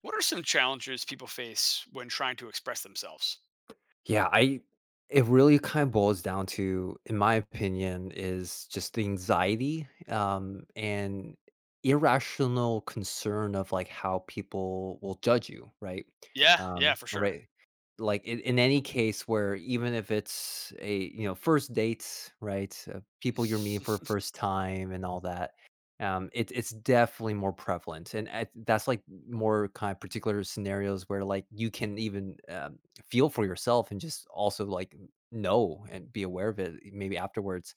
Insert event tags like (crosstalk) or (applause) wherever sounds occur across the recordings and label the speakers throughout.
Speaker 1: What are some challenges people face when trying to express themselves?
Speaker 2: Yeah, I It really kind of boils down to, in my opinion, is just the anxiety and irrational concern of like how people will judge you, right?
Speaker 1: Yeah, yeah,
Speaker 2: Um,
Speaker 1: for sure.
Speaker 2: right. Like in any case, where even if it's a, you know, first dates, right? People you're meeting for the
Speaker 1: (laughs)
Speaker 2: first time and all that. It's definitely more prevalent, that's like more kind of particular scenarios where like you can even feel for yourself and just also like know and be aware of it maybe afterwards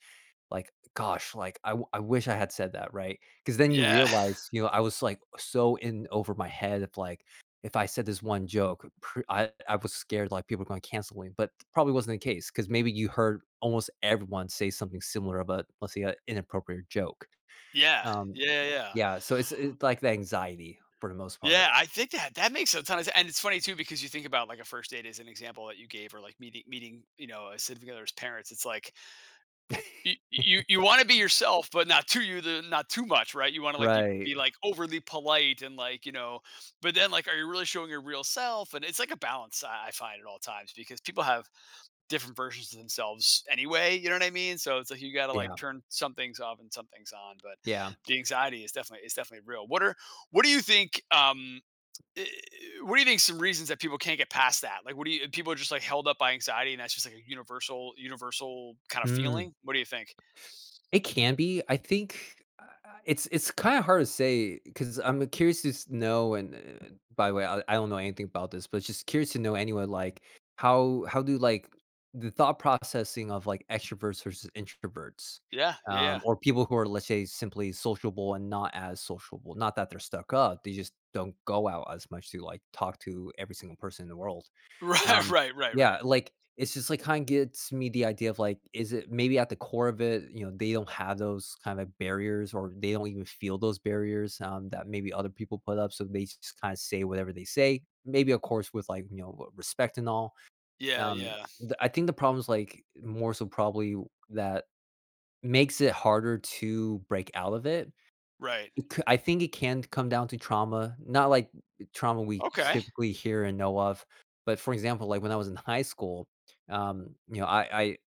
Speaker 2: like gosh, like I wish I had said that, right? Because then you
Speaker 1: Yeah.
Speaker 2: realize, you know, I was like so in over my head of like if I said this one joke, I was scared like people were going to cancel me, but probably wasn't the case because maybe you heard almost everyone say something similar about, let's say, an inappropriate joke.
Speaker 1: Yeah.
Speaker 2: um
Speaker 1: Yeah, yeah.
Speaker 2: yeah, so it's like the anxiety for the most part.
Speaker 1: Yeah, I think that that makes a ton of sense. And it's funny too because you think about like a first date as an example that you gave or like meeting, a significant other's parents. It's like you,
Speaker 2: (laughs)
Speaker 1: you want to be yourself, but not too you the not too much, right? You want to like be
Speaker 2: Right,
Speaker 1: be like overly polite and like, you know, but then like are you really showing your real self? And it's like a balance I find at all times because people have different versions of themselves anyway. You know what I mean? So it's like you got to
Speaker 2: yeah,
Speaker 1: like turn some things off and some things on. But
Speaker 2: yeah.
Speaker 1: the anxiety is definitely real. What are what do you think? Eh, what do you think? Some reasons that people can't get past that? Like, what do you people are just like held up by anxiety, and that's just like a universal kind of
Speaker 2: Mm.
Speaker 1: feeling? What do you think?
Speaker 2: It can be. I think, it's kinda hard to say because 'cause I'm curious to s know, and, by the way, I don't know anything about this, but just curious to know anyway, like, how do, like, the thought processing of, like, extroverts versus introverts,
Speaker 1: Yeah, yeah, yeah. (laughs)
Speaker 2: or people who are, let's say, simply sociable and not as sociable. Not that they're stuck up, they just don't go out as much to, like, talk to every single person in the world.
Speaker 1: Right,
Speaker 2: Um,
Speaker 1: right, right,
Speaker 2: yeah,
Speaker 1: right.
Speaker 2: like, it's just, like, kinda gets me the idea of, like, is it maybe at the core of it, you know, they don't have those kind of barriers or they don't even feel those barriers, that maybe other people put up, so they just kinda say whatever they say, maybe, of course, with, like, you know, respect and all.
Speaker 1: Yeah, yeah,
Speaker 2: The I think the problem's, like, more so probably that makes it harder to break out of it.
Speaker 1: right.
Speaker 2: It c I think it can come down to trauma, not like trauma we
Speaker 1: Okay,
Speaker 2: typically hear and know of, but, for example, like when I was in high school, you know, I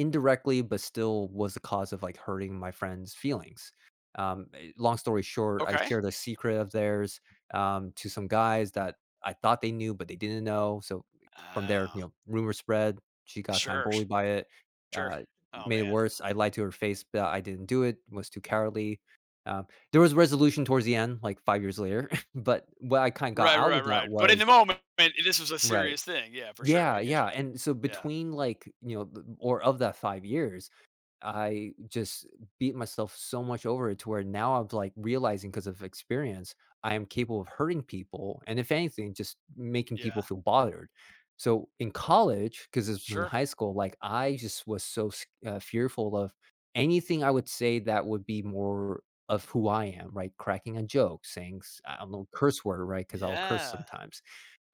Speaker 2: indirectly, but still was the cause of, like, hurting my friend's feelings. Long story short, I
Speaker 1: okay.
Speaker 2: shared a secret of theirs, to some guys that I thought they knew, but they didn't know, so from there, you
Speaker 1: Oh,
Speaker 2: know, rumor spread, she got kinda
Speaker 1: sure,
Speaker 2: bullied by it,
Speaker 1: sure.
Speaker 2: uh,
Speaker 1: Oh
Speaker 2: made it
Speaker 1: man.
Speaker 2: worse. I lied to her face that I didn't do it, was too cowardly. Um, there was resolution towards the end, like, 5 years later, (laughs) but what I kinda got
Speaker 1: Right,
Speaker 2: out
Speaker 1: right,
Speaker 2: of that
Speaker 1: right. But in
Speaker 2: was,
Speaker 1: the moment, this was a
Speaker 2: right.
Speaker 1: serious thing. Yeah, for sure.
Speaker 2: Yeah,
Speaker 1: I get
Speaker 2: yeah,
Speaker 1: you.
Speaker 2: and so
Speaker 1: Yeah,
Speaker 2: between, like, you know, th or of that 5 years, I just beat myself so much over it to where now I'm like realizing, because of experience, I am capable of hurting people. And if anything, just making people
Speaker 1: yeah,
Speaker 2: feel bothered. So in college, because this was in
Speaker 1: sure.
Speaker 2: high school, like I just was so fearful of anything I would say that would be more of who I am, right? Cracking a joke, saying, I don't know, curse word, right? Because I'll curse
Speaker 1: Yeah,
Speaker 2: sometimes.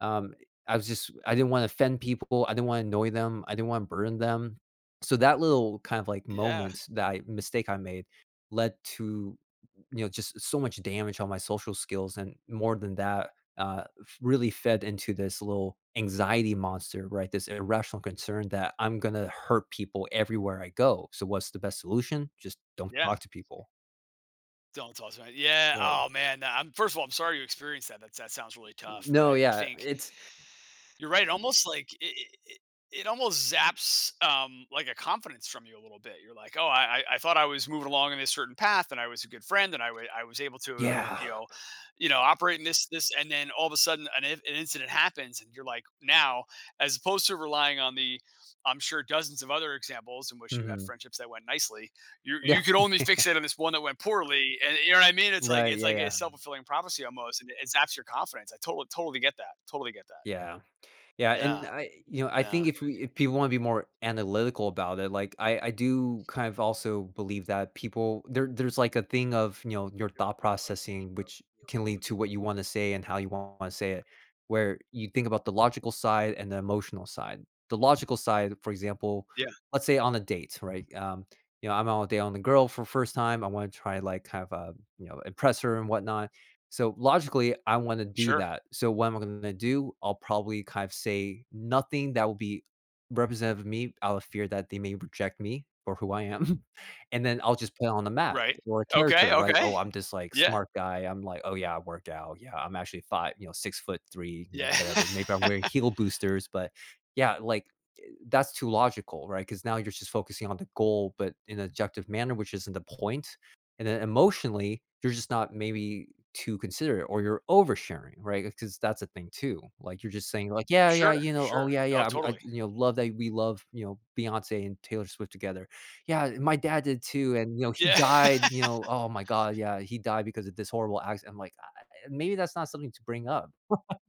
Speaker 2: um, I was just, I didn't wanna offend people, I didn't wanna annoy them, I didn't wanna burden them. So that little kind of like
Speaker 1: yeah,
Speaker 2: moment that I mistake I made led to, you know, just so much damage on my social skills, and more than that, f really fed into this little anxiety monster, right? This irrational concern that I'm gonna hurt people everywhere I go. So what's the best solution? Just don't
Speaker 1: yeah.
Speaker 2: talk to people.
Speaker 1: Don't talk to me. Yeah.
Speaker 2: Right.
Speaker 1: Oh man. Nah, I'm first of all, I'm sorry you experienced that. That that sounds really tough. But
Speaker 2: No,
Speaker 1: I
Speaker 2: yeah,
Speaker 1: think
Speaker 2: it's,
Speaker 1: you're right. It almost like it almost zaps like a confidence from you a little bit. You're like, oh, I thought I was moving along in this certain path, and I was a good friend, and I was able to
Speaker 2: yeah.
Speaker 1: you know, operate in this this, and then all of a sudden an incident happens, and you're like, now, as opposed to relying on the I'm sure dozens of other examples in which you had
Speaker 2: Mhm.
Speaker 1: friendships that went nicely. You
Speaker 2: Yeah,
Speaker 1: you could only fix it on this one that went poorly, and you know what I mean.
Speaker 2: right,
Speaker 1: It's
Speaker 2: yeah,
Speaker 1: like
Speaker 2: yeah.
Speaker 1: a self fulfilling prophecy almost, and it zaps your confidence. I totally get that. Totally get that.
Speaker 2: Yeah. Yeah, and
Speaker 1: Yeah.
Speaker 2: I you know, I
Speaker 1: Yeah.
Speaker 2: think if we, if people want to be more analytical about it, like I do kind of also believe that people, there's like a thing of, you know, your thought processing, which can lead to what you want to say and how you want to say it, where you think about the logical side and the emotional side. The logical side, for example,
Speaker 1: Yeah.
Speaker 2: let's say on a date, right? You know, I'm on a date on the girl for first time. I want to try like kind of, you know, impress her and whatnot. So logically, I wanna do
Speaker 1: Sure.
Speaker 2: that. So what am I gonna do? I'll probably kind of say nothing that will be representative of me out of fear that they may reject me for who I am. (laughs) And then I'll just put on a mask
Speaker 1: Right.
Speaker 2: or a
Speaker 1: Okay,
Speaker 2: character, right? "Oh,
Speaker 1: okay.
Speaker 2: I'm this, like,
Speaker 1: Yeah.
Speaker 2: smart guy. I'm like, oh, yeah, I work out. Yeah, I'm actually 5, you know, 6'3", you know,
Speaker 1: Yeah.
Speaker 2: whatever. Maybe I am
Speaker 1: (laughs)
Speaker 2: wearing heel boosters." But yeah, like, that's too logical, right? Because now you're just focusing on the goal, but in an objective manner, which isn't the point. And then emotionally, you're just not maybe too considerate, or you're oversharing, right? Because that's a thing too. Like you're just saying, like, yeah, yeah,
Speaker 1: Sure,
Speaker 2: you know, oh
Speaker 1: sure.
Speaker 2: yeah,
Speaker 1: Oh,
Speaker 2: yeah,
Speaker 1: totally.
Speaker 2: you know, love that we love, you know, Beyonce and Taylor Swift together. Yeah, my dad did too, and you know, he
Speaker 1: Yeah.
Speaker 2: died.
Speaker 1: (laughs)
Speaker 2: You know, oh my God, yeah, he died because of this horrible accident. I'm like, maybe that's not something to bring up,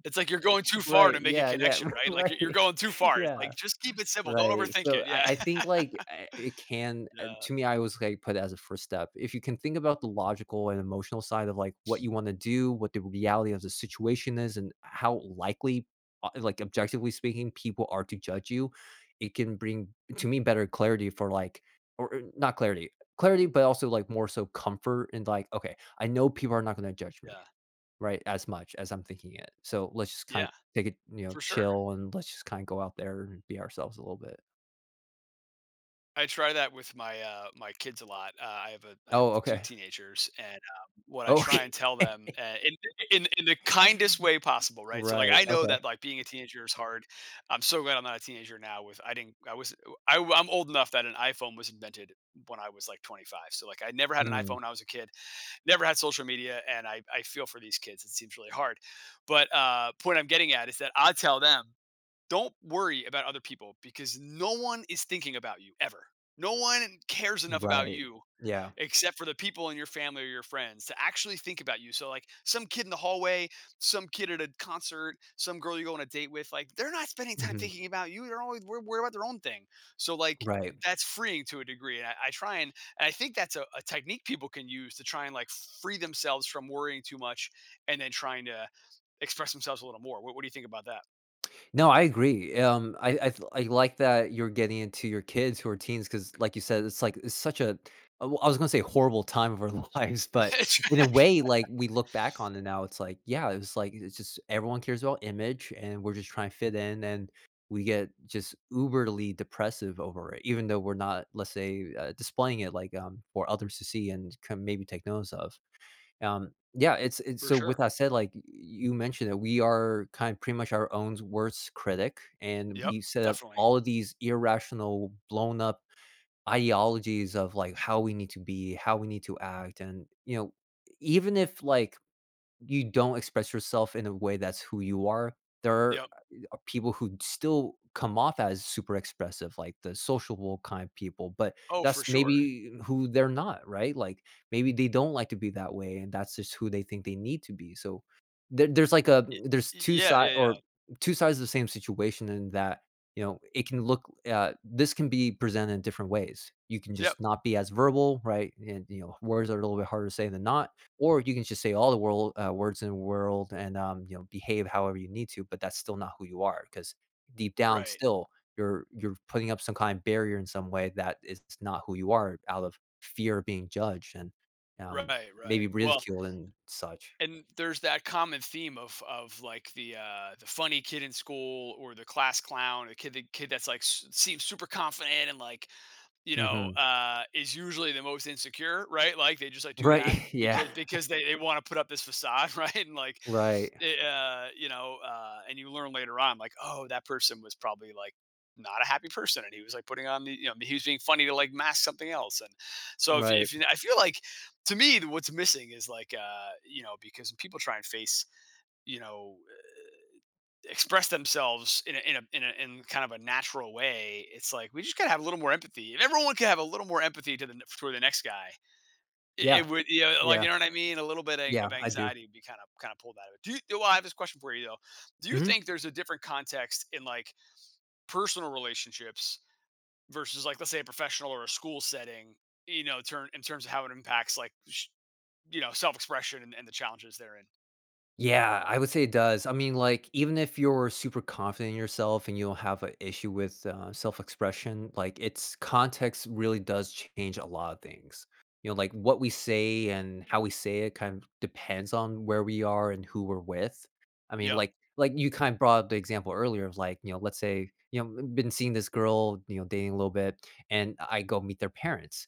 Speaker 1: It's like you're going too far
Speaker 2: right?
Speaker 1: to make a
Speaker 2: Yeah, yeah,
Speaker 1: connection,
Speaker 2: (laughs)
Speaker 1: right? Like, you're
Speaker 2: right,
Speaker 1: going too
Speaker 2: (laughs)
Speaker 1: far. It's
Speaker 2: yeah.
Speaker 1: like, just keep it simple. Don't
Speaker 2: Right,
Speaker 1: overthink
Speaker 2: so
Speaker 1: it. Yeah.
Speaker 2: I think,
Speaker 1: (laughs)
Speaker 2: like, it can,
Speaker 1: Yeah,
Speaker 2: to me, I always, like, put it as a first step. If you can think about the logical and emotional side of, like, what you wanna do, what the reality of the situation is, and how likely, like, objectively speaking, people are to judge you, it can bring, to me, better clarity for, like, or not clarity clarity, but also, like, more so comfort and, like, "Okay, I know people are not gonna judge me,
Speaker 1: yeah.
Speaker 2: right, as much as I'm thinking it, so let's just kinda
Speaker 1: Yeah,
Speaker 2: take it, you know,
Speaker 1: for sure.
Speaker 2: chill, and let's just kinda go out there and be ourselves a little bit."
Speaker 1: I try that with my my kids a lot. I have a I have
Speaker 2: Oh,
Speaker 1: 2
Speaker 2: okay.
Speaker 1: teenagers, and, what I try and
Speaker 2: Okay.
Speaker 1: tell
Speaker 2: (laughs)
Speaker 1: them, in the kindest way possible, right? So, like,
Speaker 2: Right,
Speaker 1: I know
Speaker 2: okay.
Speaker 1: that, like, being a teenager is hard. I'm so glad I'm not a teenager now with I didn't I was I I'm old enough that an iPhone was invented when I was, like, 25. So, like, I never had an iPhone
Speaker 2: Mm,
Speaker 1: when I was a kid, never had social media, and I feel for these kids. It seems really hard. But, point I'm getting at is that I tell them don't worry about other people because no one is thinking about you ever. No one cares enough about
Speaker 2: right.
Speaker 1: you
Speaker 2: Yeah.
Speaker 1: except for the people in your family or your friends to actually think about you. So, like some kid in the hallway, some kid at a concert, some girl you go on a date with, like they're not spending time
Speaker 2: Mhm.
Speaker 1: thinking about you. They're always worried about their own thing. So, like
Speaker 2: Right.
Speaker 1: that's freeing to a degree. And I try and I think that's a technique people can use to try and like free themselves from worrying too much and then trying to express themselves a little more. What do you think about
Speaker 2: No, I agree. I like that you're getting into your kids who are teens because, like you said, it's like it's such a, I was gonna say horrible time of our (laughs) lives, but
Speaker 1: that?
Speaker 2: in a
Speaker 1: (laughs) (laughs)
Speaker 2: way, like we look back on it now, it's like yeah, it was like it's just everyone cares about image, and we're just trying to fit in, and we get just uberly depressive over it, even though we're not, let's say, displaying it like for others to see and can maybe take notice of. Yeah, it's
Speaker 1: For
Speaker 2: so with
Speaker 1: sure.
Speaker 2: that said, like, y you mentioned that we are kind of pretty much our own worst critic, and
Speaker 1: Yep,
Speaker 2: we set up
Speaker 1: definitely.
Speaker 2: all of these irrational, blown up ideologies of, like, how we need to be, how we need to act, and, you know, even if, like, you don't express yourself in a way that's who you are. There are,
Speaker 1: Yep.
Speaker 2: people who still come off as super expressive, like the sociable kind of people, but
Speaker 1: Oh, for
Speaker 2: that's
Speaker 1: sure.
Speaker 2: maybe who they're not, right? Like maybe they don't like to be that way, and that's just who they think they need to be. So there's like a,
Speaker 1: Y-
Speaker 2: there's two
Speaker 1: yeah,
Speaker 2: side
Speaker 1: yeah, yeah.
Speaker 2: or two sides of the same situation, in that, you know, it can look, this can be presented in different ways. You can
Speaker 1: Yep.
Speaker 2: just not be as verbal, right? And you know words are a little bit harder to say than not, or you can just say all the world, words in the world, and, you know, behave however you need to, but that's still not who you are because deep down
Speaker 1: Right.
Speaker 2: still, you're putting up some kind of barrier in some way that is not who you are out of fear of being judged and, um,
Speaker 1: Right, right.
Speaker 2: maybe
Speaker 1: Well,
Speaker 2: ridiculed and such.
Speaker 1: and there's that common theme of like the funny kid in school or the class clown, or the kid that's like seems super confident and like you know,
Speaker 2: Mhm.
Speaker 1: is usually the most insecure, right? Like they just like do that
Speaker 2: Right. (laughs) Yeah.
Speaker 1: because they want to put up this facade, (laughs) right? And like,
Speaker 2: Right.
Speaker 1: you know, and you learn later on, like, oh, that person was probably like not a happy person, and he was like putting on the, you know, he was being funny to like mask something else. And so
Speaker 2: Right.
Speaker 1: if you, I feel like to me, what's missing is like, you know, because when people try and face, you know, express themselves in kind of a natural way, it's like we just gotta have a little more empathy. If everyone could have a little more empathy to the for the next guy,
Speaker 2: Yeah.
Speaker 1: it would, you know, like
Speaker 2: Yeah.
Speaker 1: you know what I mean, a little bit
Speaker 2: Yeah.
Speaker 1: of
Speaker 2: I do.
Speaker 1: anxiety would be kind of pulled out of it. Do you well, I have this question for you though, do you
Speaker 2: Mhm.
Speaker 1: think there's a different context in like personal relationships versus like let's say a professional or a school setting, you know turn in terms of how it impacts like you know self-expression and the challenges they're in?
Speaker 2: Yeah, I would say it does. I mean, like, even if you're super confident in yourself and you don't have an issue with self expression, like, it's context really does change a lot of things. You know, like what we say and how we say it kind of depends on where we are and who we're with. I mean,
Speaker 1: Yep.
Speaker 2: like, like you kind of brought up the example earlier of like, you know, let's say, you know, been seeing this girl, you know, dating a little bit, and I go meet their parents.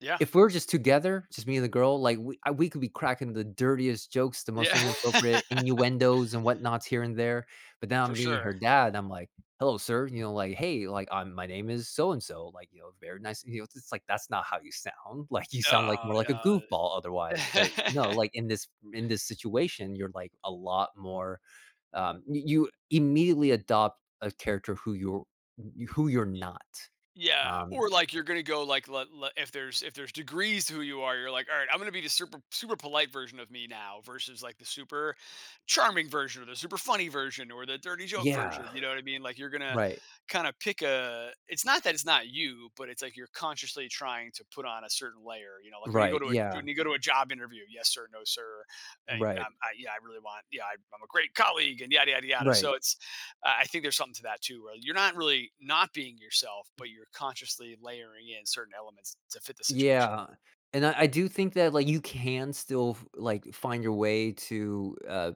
Speaker 1: Yeah.
Speaker 2: If we're just together, just me and the girl, like, we could be cracking the dirtiest jokes, the
Speaker 1: Yeah.
Speaker 2: most inappropriate innuendos and whatnots here and there, but
Speaker 1: (laughs)
Speaker 2: now I'm
Speaker 1: For
Speaker 2: meeting her
Speaker 1: sure.
Speaker 2: dad, I'm like, "Hello, sir," you know, like, "Hey, like, I'm my name is so and so," like, you know, "Very nice," you know, it's like, that's not how you sound, (laughs) like, you sound like
Speaker 1: No,
Speaker 2: more like a
Speaker 1: no.
Speaker 2: goofball
Speaker 1: (laughs)
Speaker 2: otherwise, but no, like, in this situation, you're, like, a lot more, you you immediately adopt a character who you're not.
Speaker 1: Yeah,
Speaker 2: Um
Speaker 1: or, like, you're gonna go, like, le le if there's degrees to who you are, you're like, "Alright, I'm gonna be the super polite version of me now versus, like, the super charming version or the super funny version or the dirty joke
Speaker 2: Yeah,
Speaker 1: version," you know what I mean? Like, you're gonna
Speaker 2: right.
Speaker 1: kinda pick a it's not that it's not you, but it's, like, you're consciously trying to put on a certain layer, you know? Like, when you go
Speaker 2: Right,
Speaker 1: to a
Speaker 2: yeah,
Speaker 1: when you go to a job interview, "Yes, sir. No, sir.
Speaker 2: right,
Speaker 1: I yeah, I really want yeah, I I'm a great colleague," and yada, yada, yada.
Speaker 2: right,
Speaker 1: So it's I think there's something to that too, where you're not really not being yourself, but you're consciously layering in certain elements to fit the situation.
Speaker 2: yeah, and I do think that, like, you can still f like, find your way to,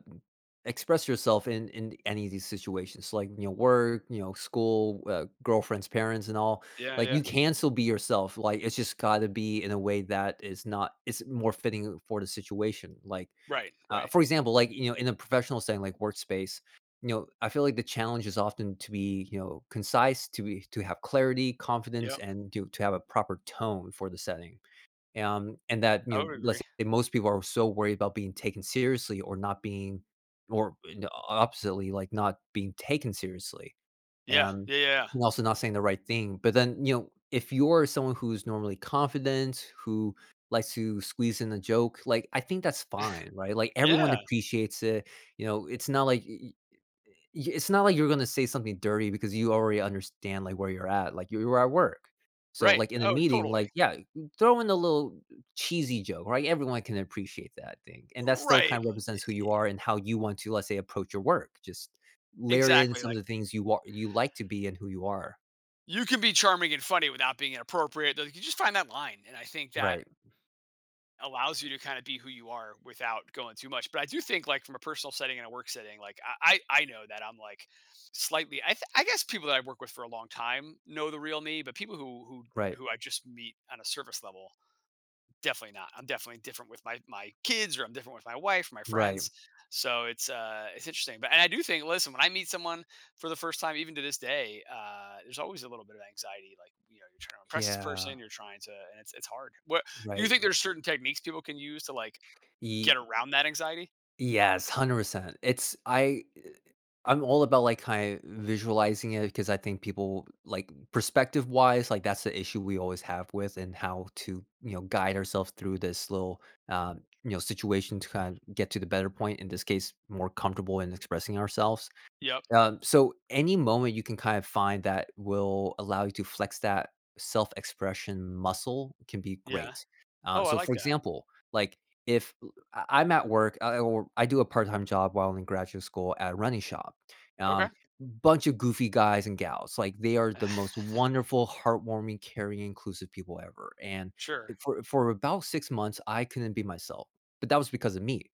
Speaker 2: express yourself in any of these situations, like, you know, work, you know, school, girlfriends, parents, and all,
Speaker 1: Yeah,
Speaker 2: like,
Speaker 1: yeah.
Speaker 2: you can still be yourself, like, it's just gotta be in a way that is not it's more fitting for the situation, like.
Speaker 1: Right, right.
Speaker 2: For example, like, you know, in a professional setting, like workspace, you know, I feel like the challenge is often to be, you know, concise, to be, to have clarity, confidence,
Speaker 1: Yep.
Speaker 2: and to have a proper tone for the setting. And that,
Speaker 1: I
Speaker 2: you know,
Speaker 1: would
Speaker 2: let's
Speaker 1: agree.
Speaker 2: say most people are so worried about being taken seriously or not being, or oppositely, like not being taken seriously.
Speaker 1: Yeah,
Speaker 2: And
Speaker 1: yeah, yeah. Yeah.
Speaker 2: and also not saying the right thing. But then, you know, if you're someone who's normally confident, who likes to squeeze in a joke, like I think that's fine, right? Like everyone
Speaker 1: Yeah,
Speaker 2: appreciates it. You know, it's not like y- Y it's not like you're gonna say something dirty because you already understand, like, where you're at, like, you are at work. So,
Speaker 1: right.
Speaker 2: like, in a
Speaker 1: Oh,
Speaker 2: meeting,
Speaker 1: totally.
Speaker 2: like, yeah, throw in a little cheesy joke, right? Everyone can appreciate that thing, and that still
Speaker 1: Right.
Speaker 2: kind of represents who you are and how you want to, let's say, approach your work. Just layer in
Speaker 1: Exactly.
Speaker 2: some of
Speaker 1: Like
Speaker 2: the things you wa you like to be and who you are.
Speaker 1: you can be charming and funny without being inappropriate. Like, you just find that line. And I think that
Speaker 2: Right,
Speaker 1: allows you to kind of be who you are without going too much. But I do think like from a personal setting and a work setting, like I know that I'm like slightly I guess people that I work with for a long time know the real me, but people
Speaker 2: right,
Speaker 1: who I just meet on a surface level definitely not. I'm definitely different with my kids, or I'm different with my wife, my
Speaker 2: right.
Speaker 1: friends. So it's interesting. But and I do think, listen, when I meet someone for the first time, even to this day, there's always a little bit of anxiety. Like, you know, you're trying to impress this
Speaker 2: Yeah,
Speaker 1: person, you're trying to and it's hard. What do you
Speaker 2: right.
Speaker 1: think there's certain techniques people can use to like get around that anxiety?
Speaker 2: Yes, 100%. It's I I'm all about, like, kinda visualizing it because I think people, like, perspective-wise, like, that's the issue we always have with and how to, you know, guide ourselves through this little, you know, situation to kind of get to the better point, in this case, more comfortable in expressing ourselves.
Speaker 1: Yep.
Speaker 2: So any moment you can kind of find that will allow you to flex that self-expression muscle can be
Speaker 1: Yeah.
Speaker 2: great.
Speaker 1: Oh, I
Speaker 2: So for
Speaker 1: like that.
Speaker 2: example, like if I'm at work or I do a part-time job while in graduate school at a running shop,
Speaker 1: Okay.
Speaker 2: um, bunch of goofy guys and gals, like they are the most
Speaker 1: (laughs)
Speaker 2: wonderful, heartwarming, caring, inclusive people ever. And eh,
Speaker 1: Sure.
Speaker 2: for for about 6 months, I couldn't be myself, but that was because of me.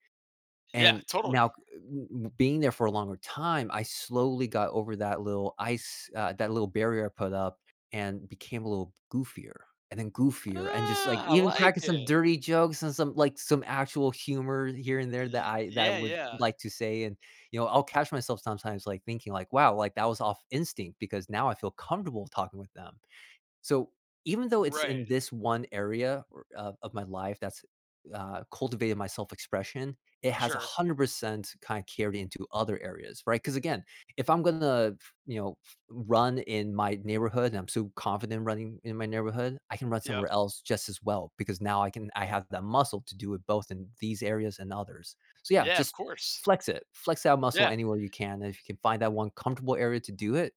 Speaker 1: Yeah,
Speaker 2: And
Speaker 1: totally.
Speaker 2: now w being there for a longer time, I slowly got over that little ice that little barrier I put up and became a little goofier and then goofier and just, like,
Speaker 1: Ah, I
Speaker 2: even cracking
Speaker 1: like
Speaker 2: some
Speaker 1: it.
Speaker 2: dirty jokes and some, like, some actual humor here and there that I
Speaker 1: Yeah,
Speaker 2: would
Speaker 1: yeah.
Speaker 2: like to say, and, you know, I'll catch myself sometimes, like, thinking, like, "Wow," like, that was off instinct because now I feel comfortable talking with them. So, even though it's
Speaker 1: Right.
Speaker 2: in this one area or of my life that's, cultivated my self-expression, it has
Speaker 1: Sure.
Speaker 2: 100% kinda carried into other areas, right? Because again, if I'm gonna, you know, f run in my neighborhood and I'm so confident running in my neighborhood, I can run
Speaker 1: Yep.
Speaker 2: somewhere else just as well because now I have that muscle to do it both in these areas and others. So, yeah,
Speaker 1: Yeah, of
Speaker 2: just
Speaker 1: course.
Speaker 2: flex it. Flex that muscle
Speaker 1: Yeah,
Speaker 2: anywhere you can, and if you can find that one comfortable area to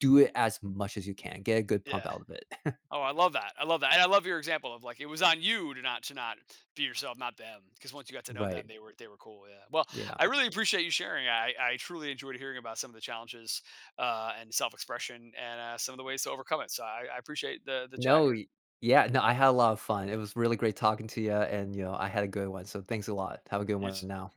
Speaker 2: do it as much as you can. Get a good pump
Speaker 1: yeah.
Speaker 2: out of it.
Speaker 1: Oh, I love that. I love that. And I love your example of like it was on you to not be yourself, not them. Because once you got to know them,
Speaker 2: Right.
Speaker 1: they were cool. Yeah. Well,
Speaker 2: Yeah.
Speaker 1: I really appreciate you sharing. I truly enjoyed hearing about some of the challenges and self expression and some of the ways to overcome it. So I appreciate the chat
Speaker 2: No,
Speaker 1: here.
Speaker 2: y yeah, no, I had a lot of fun. It was really great talking to you, and, you know, I had a good one, so thanks a lot. Have a good
Speaker 1: You,
Speaker 2: one
Speaker 1: s-
Speaker 2: now.